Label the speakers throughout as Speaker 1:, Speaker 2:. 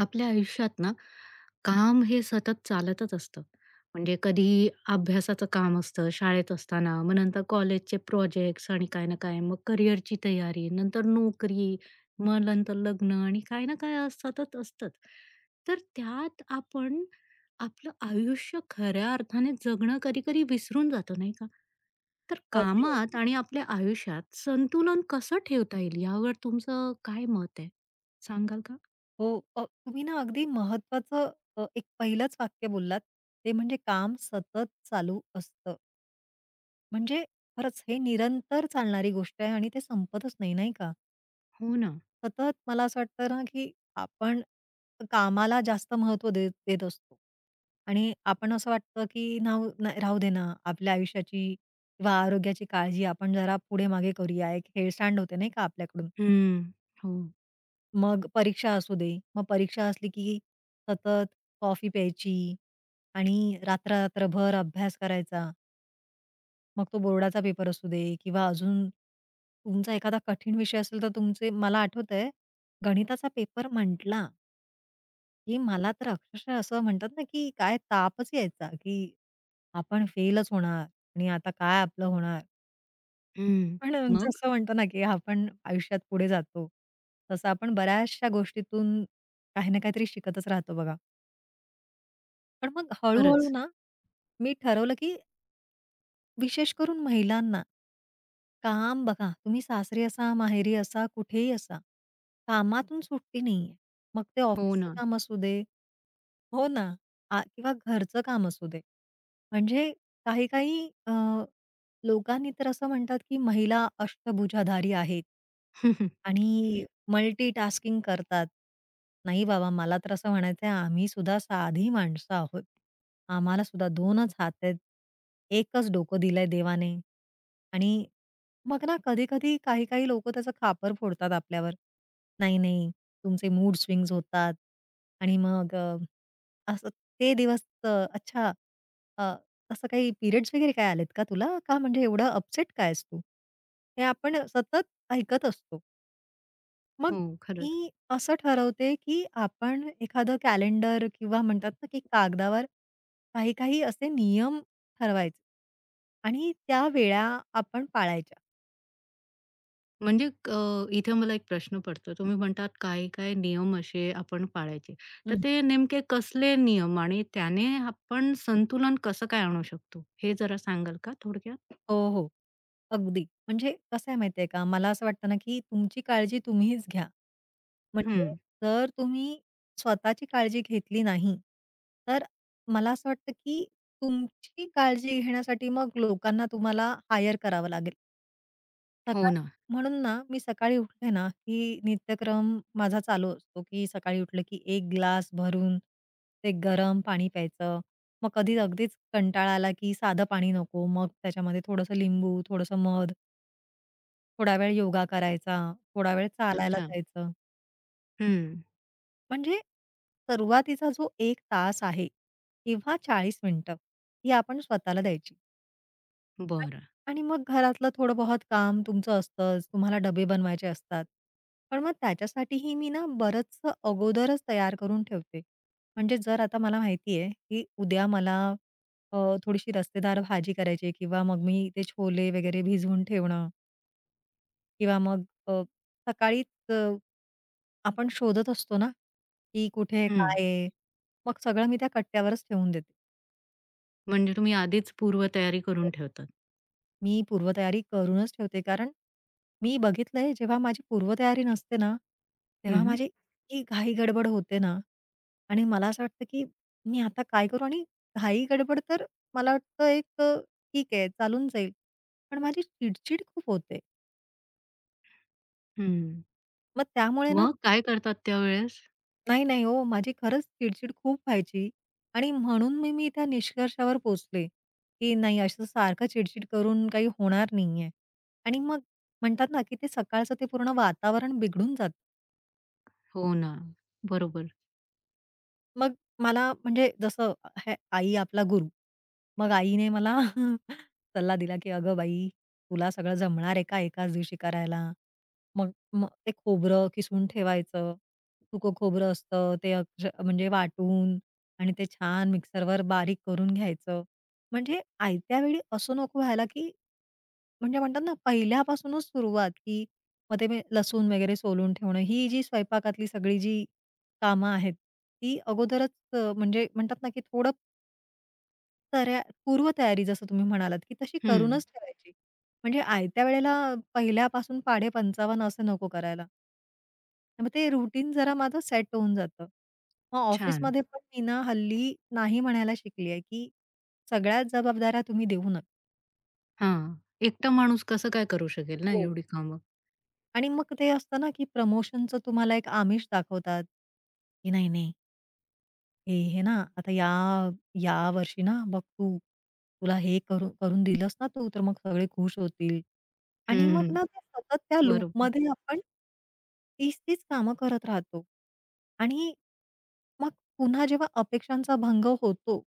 Speaker 1: आपल्या आयुष्यात ना, काम हे सतत चालतच असतं. म्हणजे कधी अभ्यासाचं काम असतं शाळेत असताना, मग नंतर कॉलेजचे प्रोजेक्ट्स आणि काय ना काय, मग करिअरची तयारी, नंतर नोकरी, मग नंतर लग्न आणि काय ना काय असं सतत असतंच. तर त्यात आपण आपलं आयुष्य खऱ्या अर्थाने जगणं कधी-कधी विसरून जातो, नाही का? तर कामात आणि आपल्या आयुष्यात संतुलन कसं ठेवता येईल यावर तुमचं काय मत आहे? सांगाल का?
Speaker 2: हो. तुम्ही ना अगदी महत्त्वाचं एक पहिलंच वाक्य बोललात. ते म्हणजे काम सतत चालू असतं. म्हणजे खरंच हे निरंतर चालणारी गोष्ट आहे आणि ते संपतच नाही, नाही का?
Speaker 1: हो ना.
Speaker 2: सतत मला असं वाटतं ना, की आपण कामाला जास्त महत्त्व देत देत असतो. आणि आपण असं वाटतं, की नाव नाही राहू दे ना, आपल्या आयुष्याची किंवा आरोग्याची काळजी आपण जरा पुढे-मागे करूया. एक हेळसांड होते नाही का आपल्याकडून.
Speaker 1: हं. हो.
Speaker 2: मग परीक्षा असू दे. मग परीक्षा असली की सतत कॉफी प्यायची आणि रात्र-रात्रभर अभ्यास करायचा. मग तो बोर्डाचा पेपर असू दे किंवा अजून तुमचा एखादा कठीण विषय असेल तर तुमचे मला आठवतंय गणिताचा पेपर म्हटला, की मला तर अक्षरशः असं म्हणतात ना, की काय तापच यायचा, की आपण फेलच होणार आणि आता काय आपलं होणार?
Speaker 1: हं.
Speaker 2: पण
Speaker 1: मग?
Speaker 2: जसं म्हणतो ना, की आपण आयुष्यात पुढे जातो, तसं आपण बऱ्याचशा गोष्टीतून काही ना काहीतरी शिकतच राहतो बघा. पण मग हळू-हळू
Speaker 1: खरंच.
Speaker 2: ना, मी ठरवलं की विशेष करून महिलांना, काम बघा तुम्ही सासरी असा, माहेरी असा, कुठेही असा, कामातून सुट्टी नाहीये. मग ते
Speaker 1: हो
Speaker 2: ऑफिसचं
Speaker 1: ना.
Speaker 2: काम असू दे. हो ना. किंवा घरचं काम असू दे. म्हणजे काही-काही लोकांनी तर असं म्हणतात की महिला अष्टभुजाधारी आहेत. आणि मल्टीटास्किंग करतात. नाही बाबा, मला तर असं म्हणायचंय आम्ही सुद्धा साधी माणसं आहोत. आम्हाला सुद्धा 2च हात आहेत. एकच डोकं दिलंय देवाने. आणि मग ना कधी-कधी काही-काही लोकं त्याचं खापर फोडतात आपल्यावर. नाही, नाही, तुमचे मूड स्विंग्ज होतात आणि मग असं ते दिवस अच्छा अ, असं काही पिरियड्स वगैरे काय आलेत का तुला? का म्हणजे एवढा अपसेट काय आहेस तू? हे आपण सतत ऐकत असतो. मग
Speaker 1: हो, खरंच.
Speaker 2: मी असं ठरवते, की आपण एखादं कॅलेंडर किंवा म्हणतात ना, की कागदावर काही-काही असे नियम ठरवायचे आणि त्या वेळा आपण पाळायच्या.
Speaker 1: म्हणजे इथे मला एक प्रश्न पडतो. तुम्ही म्हणतात काय-काय नियम असे आपण पाळायचे. तर
Speaker 2: हं.
Speaker 1: ते नेमके कसले नियम आणि त्याने आपण संतुलन कसं काय आणू शकतो? हे जरा सांगाल का थोडक्यात?
Speaker 2: हो, हो. अगदी. म्हणजे कसं आहे माहिती का, मला असं वाटतं ना, की तुमची काळजी तुम्हीच घ्या. म्हणजे
Speaker 1: हं.
Speaker 2: जर तुम्ही स्वतःची काळजी घेतली नाही, तर मला असं वाटतं, की तुमची काळजी घेण्यासाठी मग लोकांना तुम्हाला हायर करावं लागेल.
Speaker 1: हो
Speaker 2: सकाळी
Speaker 1: ना.
Speaker 2: म्हणून ना, मी सकाळी उठले ना, की नित्यक्रम माझा चालू असतो, की सकाळी उठलं की एक ग्लास भरून ते गरम पाणी प्यायचं. मग कधी अगदीच कंटाळा आला, की साधं पाणी नको. मग त्याच्यामध्ये थोडंसं लिंबू, थोडंसं मध, थोडा वेळ योगा करायचा, थोडा वेळ चालायला
Speaker 1: अच्छा.
Speaker 2: जायचं.
Speaker 1: हं.
Speaker 2: म्हणजे सुरुवातीचा जो 1 तास आहे किंवा 40 मिनिटं, ही आपण स्वतःला द्यायची.
Speaker 1: बरं.
Speaker 2: आणि मग घरातलं थोडं बहुत काम तुमचं असतंच, तुम्हाला डबे बनवायचे असतात. पण मग त्याच्यासाठीही मी ना बरंचसं अगोदरच तयार करून ठेवते. म्हणजे जर आता मला माहिती आहे, की उद्या मला अ, थोडीशी रस्तेदार भाजी करायची आहे किंवा मग मी ते छोले वगैरे भिजवून ठेवणं किंवा मग सकाळीच आपण शोधत असतो ना, की कुठे
Speaker 1: हं.
Speaker 2: काय आहे? मग सगळं मी त्या कट्ट्यावरच ठेवून देते.
Speaker 1: म्हणजे तुम्ही आधीच पूर्वतयारी करून ठेवतात.
Speaker 2: मी पूर्वतयारी करूनच ठेवते. कारण मी बघितलंय जेव्हा माझी पूर्वतयारी नसते ना, तेव्हा
Speaker 1: हं.
Speaker 2: माझी इतकी घाई-गडबड होते ना आणि मला असं वाटतं, की मी आता काय करू? आणि घाई-गडबड तर मला वाटतं ठीक आहे, चालून जाईल. पण माझी चिडचिड खूप होते.
Speaker 1: हं.
Speaker 2: मग त्यामुळे ना
Speaker 1: मग काय करतात त्यावेळेस?
Speaker 2: नाही, नाही हो. माझी खरंच चिडचिड खूप व्हायची आणि म्हणून मी मी त्या निष्कर्षावर पोहोचले, की नाही असं सारखं चिडचिड करून काही होणार नाहीये. आणि मग म्हणतात ना, की ते सकाळचं ते पूर्ण वातावरण बिघडून जातं.
Speaker 1: हो ना. बरोबर.
Speaker 2: मग मला म्हणजे जसं है आई आपला गुरु. मग आईने मला सल्ला दिला, की "अगं बाई, तुला सगळं जमणार आहे का एकाच दिवशी करायला?" मग मग ते खोबरं किसून ठेवायचं. सुकं खोबरं असतं ते म्हणजे वाटून आणि ते छान मिक्सरवर बारीक करून घ्यायचं. म्हणजे आयत्या वेळी असं नको व्हायला, की म्हणजे म्हणतात ना पहिल्यापासूनच सुरुवात, की मग ते मी लसूण वगैरे सोलून ठेवणं, ही जी स्वयंपाकातली सगळी जी कामं आहेत, ती अगोदरच म्हणजे म्हणतात ना, की थोडं पूर्वतयारी जसं तुम्ही म्हणालात, की तशी
Speaker 1: हं.
Speaker 2: करूनच ठेवायची. म्हणजे आयत्या वेळेला पहिल्यापासून पाढे 55 असं नको करायला. मग ते रुटीन जरा माझं सेट होऊन जातं. मग
Speaker 1: छान.
Speaker 2: ऑफिसमध्ये पण मी ना हल्ली नाही म्हणायला शिकली आहे, की सगळ्याच जबाबदाऱ्या तुम्ही देऊ नका.
Speaker 1: हां, एकटा माणूस कसं काय करू शकेल ना
Speaker 2: हो.
Speaker 1: एवढी कामं?
Speaker 2: आणि मग ते असतं ना, की प्रमोशनचं तुम्हाला एक आमिष दाखवतात, की नाही, नाही हे, हे ना, आता या या वर्षी ना बघ तू, तुला हे करून दिलंस ना तू, तर मग सगळे खुश होतील. आणि मग
Speaker 1: हं,
Speaker 2: ना ते सतत त्या
Speaker 1: बरोबर,
Speaker 2: लूपमध्ये आपण तीच-तीच कामं करत राहतो. आणि मग पुन्हा जेव्हा अपेक्षांचा भंग होतो,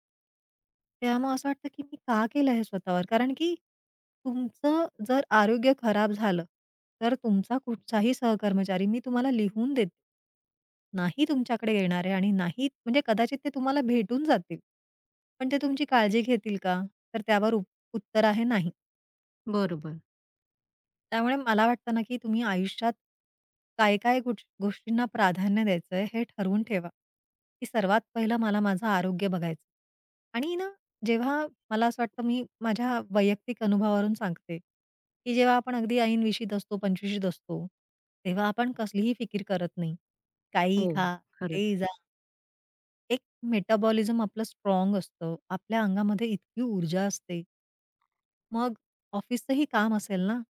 Speaker 2: तेव्हा मग असं वाटतं, की मी का केलं हे स्वतःवर? कारण की तुमचं जर आरोग्य खराब झालं, तर तुमचा कुठचाही सहकर्मचारी मी तुम्हाला लिहून देते. नाही तुमच्याकडे येणार आहे आणि नाही म्हणजे कदाचित ते तुम्हाला भेटून जातील. पण ते तुमची काळजी घेतील का? तर त्यावर उत्तर आहे नाही.
Speaker 1: बरोबर.
Speaker 2: त्यामुळे मला वाटतं ना, की तुम्ही आयुष्यात काय-काय गोष्टींना प्राधान्य द्यायचंय हे ठरवून ठेवा, की सर्वात पहिलं मला माझं आरोग्य बघायचं आणि ना, जेव्हा मला असं वाटतं मी माझ्या वैयक्तिक अनुभवावरून सांगते, की जेव्हा आपण अगदी ऐनवेशीत असतो, पंचवीशीत असतो, तेव्हा आपण कसलीही फिकीर करत नाही. काही
Speaker 1: हो,
Speaker 2: खा,
Speaker 1: खरंच.
Speaker 2: कुठेही जा. एक मेटाबॉलिझम आपलं स्ट्राँग असतं. आपल्या अंगामध्ये इतकी ऊर्जा असते. मग ऑफिसचंही काम असेल ना,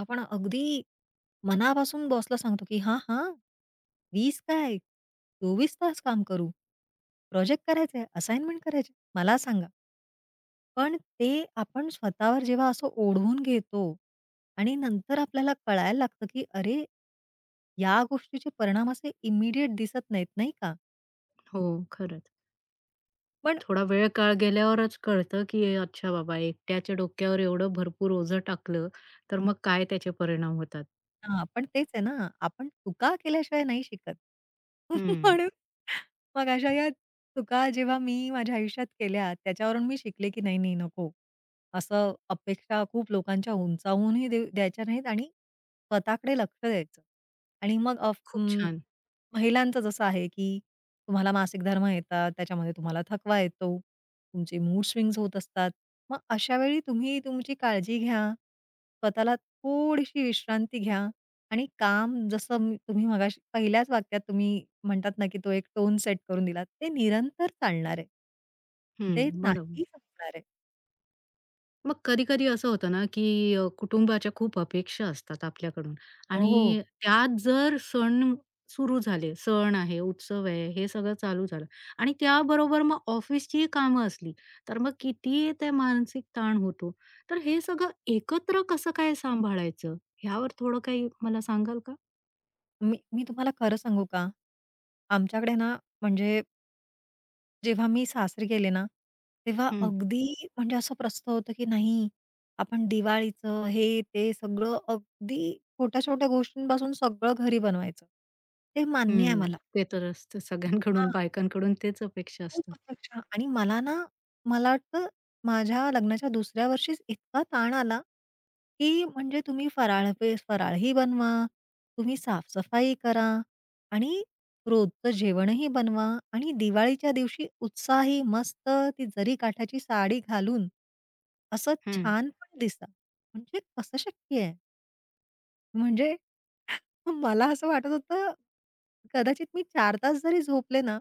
Speaker 2: आपण अगदी मनापासून बॉसला सांगतो, की "हां, हां, वीस काय 24 तास काम करू. प्रोजेक्ट करायचंय, असाइनमेंट करायचे, मला सांगा." पण ते आपण स्वतःवर जेव्हा असं ओढवून घेतो आणि नंतर आपल्याला कळायला लागतं, की अरे, या गोष्टीचे परिणाम असे इमिडिएट दिसत नाहीत, नाही का?
Speaker 1: हो, खरंच.
Speaker 2: पण
Speaker 1: थोडा वेळ काळ गेल्यावरच कळतं, की हे, अच्छा बाबा एकट्याच्या डोक्यावर एवढं भरपूर ओझं टाकलं, तर मग काय त्याचे परिणाम होतात.
Speaker 2: हां, पण तेच आहे ना, आपण चुका केल्याशिवाय नाही शिकत.
Speaker 1: हं,
Speaker 2: म्हणून मग अशा या चुका जेव्हा मी माझ्या आयुष्यात केल्या, त्याच्यावरून मी शिकले की नाही, नाही, नको. असं अपेक्षा खूप लोकांच्या उंचावूनही देऊ द्यायच्या नाहीत आणि स्वतःकडे लक्ष द्यायचं. आणि मग
Speaker 1: खूप छान.
Speaker 2: महिलांचं जसं आहे, की तुम्हाला मासिक धर्म येतात, त्याच्यामध्ये तुम्हाला थकवा येतो, तुमचे मूड स्विंग्स होत असतात. मग अशा वेळी तुम्ही तुमची काळजी घ्या, स्वतःला थोडीशी विश्रांती घ्या आणि काम जसं तुम्ही मगाशी पहिल्याच वाक्यात तुम्ही म्हणतात ना, की तो एक टोन सेट करून दिला, ते निरंतर चालणार आहे.
Speaker 1: हं,
Speaker 2: ते नाही
Speaker 1: बरोबर.
Speaker 2: संपणार आहे.
Speaker 1: मग कधी-कधी असं होतं ना, की कुटुंबाच्या खूप अपेक्षा असतात आपल्याकडून
Speaker 2: हो, हो.
Speaker 1: आणि त्यात जर सण सुरू झाले, सण आहे, उत्सव आहे, हे सगळं चालू झालं आणि त्याबरोबर मग ऑफिसचीही कामं असली, तर मग किती ते मानसिक ताण होतो. तर हे सगळं एकत्र कसं काय सांभाळायचं? ह्यावर थोडं काही मला सांगाल का?
Speaker 2: मी मी तुम्हाला खरं सांगू का? आमच्याकडे ना म्हणजे जेव्हा मी सासरी गेले ना, तेव्हा
Speaker 1: हं,
Speaker 2: अगदी म्हणजे असं प्रस्थ होतं, की नाही आपण दिवाळीचं हे ते सगळं अगदी छोट्या-छोट्या गोष्टींपासून सगळं घरी बनवायचं. ते मान्य आहे
Speaker 1: हं.
Speaker 2: मला.
Speaker 1: ते तर असतं सगळ्यांकडून,
Speaker 2: हां.
Speaker 1: बायकांकडून तेच अपेक्षा
Speaker 2: खूप
Speaker 1: असतात.
Speaker 2: अपेक्षा आणि मला ना, मला वाटतं माझ्या लग्नाच्या दुसऱ्या वर्षीच इतका ताण आला, की म्हणजे तुम्ही फराळही बनवा, तुम्ही साफसफाई करा आणि रोजचं जेवणही बनवा आणि दिवाळीच्या दिवशी उत्साही मस्त ती जरी काठाची साडी घालून, असं
Speaker 1: हं,
Speaker 2: छान पण दिसा. म्हणजे कसं शक्य आहे? म्हणजे मग मला असं वाटत होतं, कदाचित मी 4 तास जरी झोपले ना,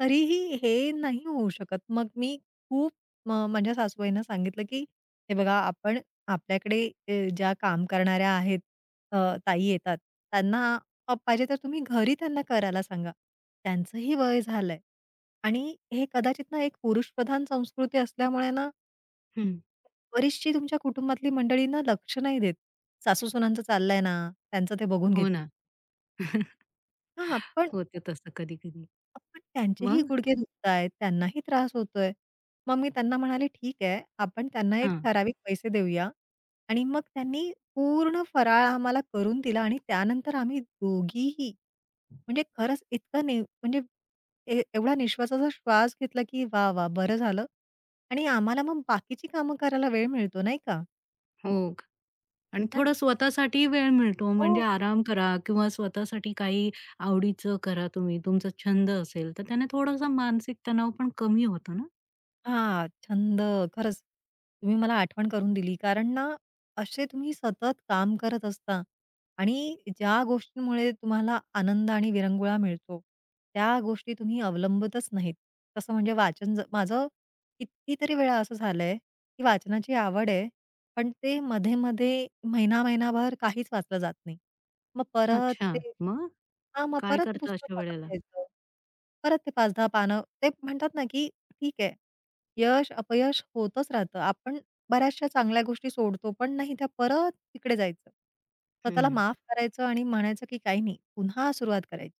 Speaker 2: तरीही हे नाही होऊ शकत. मग मी खूप माझ्या सासूबाईंना सांगितलं, की "हे बघा, आपण आपल्याकडे ज्या काम करणाऱ्या आहेत, अ, ताई येतात, त्यांना पाहिजे तर तुम्ही घरी त्यांना करायला सांगा. त्यांचंही वय झालंय आणि हे कदाचित ना, एक पुरुषप्रधान संस्कृती असल्यामुळे ना,
Speaker 1: हं.
Speaker 2: बरीचशी तुमच्या कुटुंबातली मंडळींना लक्ष नाही देत. सासूसुनांचं चाललंय ना, त्यांचं ते बघून
Speaker 1: हो
Speaker 2: घेतील."
Speaker 1: ना.
Speaker 2: हां, पण
Speaker 1: होतं तसं कधी-कधी.
Speaker 2: पण त्यांचेही
Speaker 1: मग?
Speaker 2: गुडघे दुखतायत, त्यांनाही त्रास होतोय. मग मी त्यांना म्हणाले, "ठीक आहे, आपण त्यांना एक
Speaker 1: हां.
Speaker 2: ठराविक पैसे देऊया." आणि मग त्यांनी पूर्ण फराळ आम्हाला करून दिला आणि त्यानंतर आम्ही दोघीही म्हणजे खरंच इतकं म्हणजे एवढा निश्वासाचा श्वास घेतला, की वाह! वाह! बरं झालं आणि आम्हाला मग बाकीची कामं करायला वेळ मिळतो, नाही का?
Speaker 1: हो. आणि
Speaker 2: त्या
Speaker 1: थोडा स्वतःसाठी वेळ मिळतो
Speaker 2: हो.
Speaker 1: म्हणजे आराम करा किंवा स्वतःसाठी काही आवडीचं करा तुम्ही. तुमचा छंद असेल, तर त्याने थोडासा मानसिक तणाव पण कमी होतो ना.
Speaker 2: हां, छंद. खरंच तुम्ही मला आठवण करून दिली. कारण ना, असे तुम्ही सतत काम करत असता आणि ज्या गोष्टींमुळे तुम्हाला आनंद आणि विरंगुळा मिळतो, त्या गोष्टी तुम्ही अवलंबतच नाहीत. तसं म्हणजे वाचन माझं कितीतरी वेळा असं झालंय, की वाचनाची आवड आहे, पण ते मध्ये-मध्ये महिना-महिनाभर काहीच वाचलं जात नाही. मग परत
Speaker 1: अच्छा.
Speaker 2: ते
Speaker 1: मग
Speaker 2: हां, मग
Speaker 1: काय
Speaker 2: परत ते
Speaker 1: करता
Speaker 2: पुस्तक
Speaker 1: अशा
Speaker 2: हातात
Speaker 1: वेळेला?
Speaker 2: घ्यायचं. परत ते 5-10 पानं ते म्हणतात ना, की ठीक आहे. यश, अपयश होतच राहतं. आपण बऱ्याचशा चांगल्या गोष्टी सोडतो, पण नाही त्या परत तिकडे जायचं. स्वतःला
Speaker 1: हं.
Speaker 2: माफ करायचं आणि म्हणायचं, की काही नाही, पुन्हा सुरुवात करायची.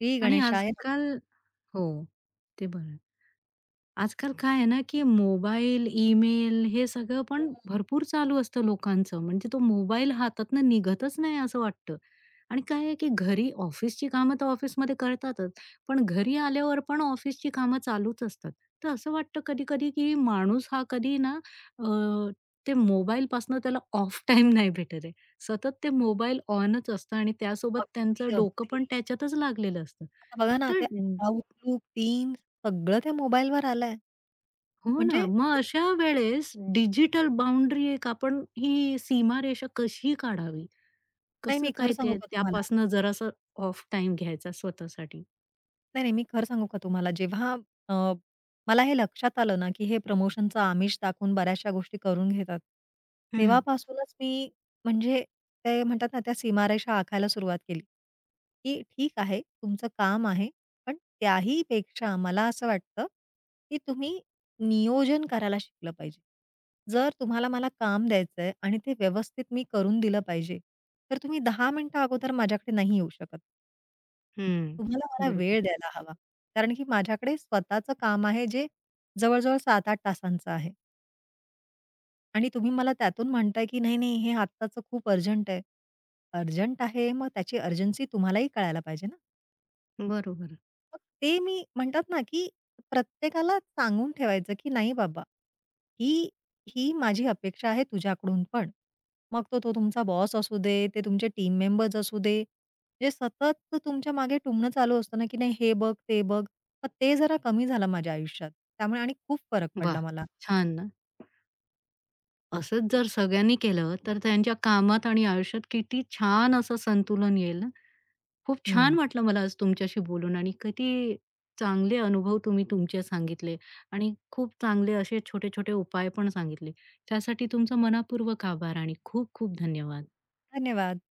Speaker 2: श्री
Speaker 1: आणि
Speaker 2: गणेशाय नमः.
Speaker 1: आजकाल हो, ते बरं आजकाल काय आहे ना, की मोबाईल, ईमेल हे सगळं पण भरपूर चालू असतं लोकांचं. म्हणजे तो मोबाईल हातातनं निघतच नाही असं वाटतं. आणि काय आहे, की घरी ऑफिसची कामं तर ऑफिसमध्ये करतातच. पण घरी आल्यावर पण ऑफिसची कामं चालूच असतात. तर असं वाटतं कधी-कधी, की माणूस हा कधी ना अ, ते मोबाईलपासनं त्याला ऑफ टाईम नाही भेटत आहे. सतत ते मोबाईल ऑनच असतं आणि त्यासोबत त्यांचं
Speaker 2: अगदी,
Speaker 1: डोकं
Speaker 2: अगदी.
Speaker 1: पण त्याच्यातच लागलेलं असतं.
Speaker 2: आता बघा ना,
Speaker 1: तर
Speaker 2: ते Outlook, Teams सगळं त्या मोबाईलवर आलंय.
Speaker 1: हो ना.
Speaker 2: म्हणजे
Speaker 1: मग अशा वेळेस डिजिटल बाउंड्री एक आपण ही सीमारेषा कशी काढावी?
Speaker 2: नाही,
Speaker 1: कसं
Speaker 2: मी खरं
Speaker 1: काय
Speaker 2: सांगू
Speaker 1: ते
Speaker 2: का तुम्हाला?
Speaker 1: त्यापासनं जरासं ऑफ टाइम घ्यायचा स्वतःसाठी?
Speaker 2: नाही, नाही. मी खरं सांगू का तुम्हाला? जेव्हा अ, मला हे लक्षात आलं ना, की हे प्रमोशनचं आमिष दाखवून बऱ्याचशा गोष्टी करून घेतात.
Speaker 1: हं,
Speaker 2: तेव्हापासूनच मी म्हणजे ते म्हणतात ना, त्या सीमारेषा आखायला सुरुवात केली, की ठीक आहे, तुमचं काम आहे. पण त्याही पेक्षा मला असं वाटतं, की तुम्ही नियोजन करायला शिकलं पाहिजे. जर तुम्हाला मला काम द्यायचंय आणि ते व्यवस्थित मी करून दिलं पाहिजे, तर तुम्ही 10 मिनिटं अगोदर माझ्याकडे नाही येऊ शकत.
Speaker 1: हं.
Speaker 2: तुम्हाला मला
Speaker 1: बरोबर.
Speaker 2: वेळ द्यायला हवा. कारण की माझ्याकडे स्वतःचं काम आहे जे जवळ-जवळ 7-8 तासांचं आहे आणि तुम्ही मला त्यातून म्हणताय की नाही, नाही हे आत्ताचं खूप अर्जंट आहे. अर्जंट आहे मग त्याची अर्जन्सी तुम्हालाही कळायला पाहिजे ना.
Speaker 1: बरोबर.
Speaker 2: मग ते मी म्हणतात ना, की प्रत्येकाला सांगून ठेवायचं, की "नाही बाबा, ही ही माझी अपेक्षा आहे तुझ्याकडून पण." मग तो तो तुमचा बॉस असू दे, ते तुमचे टीम मेंबर्स असू दे, जे सतत तुमच्या मागे टुमणं चालू असतं ना, की "नाही हे बघ, ते बघ." मग ते जरा कमी झालं माझ्या आयुष्यात. त्यामुळे आणि खूप फरक
Speaker 1: वाह!
Speaker 2: पडला मला.
Speaker 1: छान ना. असंच जर सगळ्यांनी केलं, तर त्यांच्या कामात आणि आयुष्यात किती छान असं संतुलन येईल ना? खूप छान
Speaker 2: हं.
Speaker 1: वाटलं मला आज तुमच्याशी बोलून आणि किती चांगले अनुभव तुम्ही तुमचे सांगितले आणि खूप चांगले असे छोटे छोटे उपाय पण सांगितले. त्यासाठी तुमचा मनापूर्वक आभार आणि खूप खूप धन्यवाद.
Speaker 2: धन्यवाद.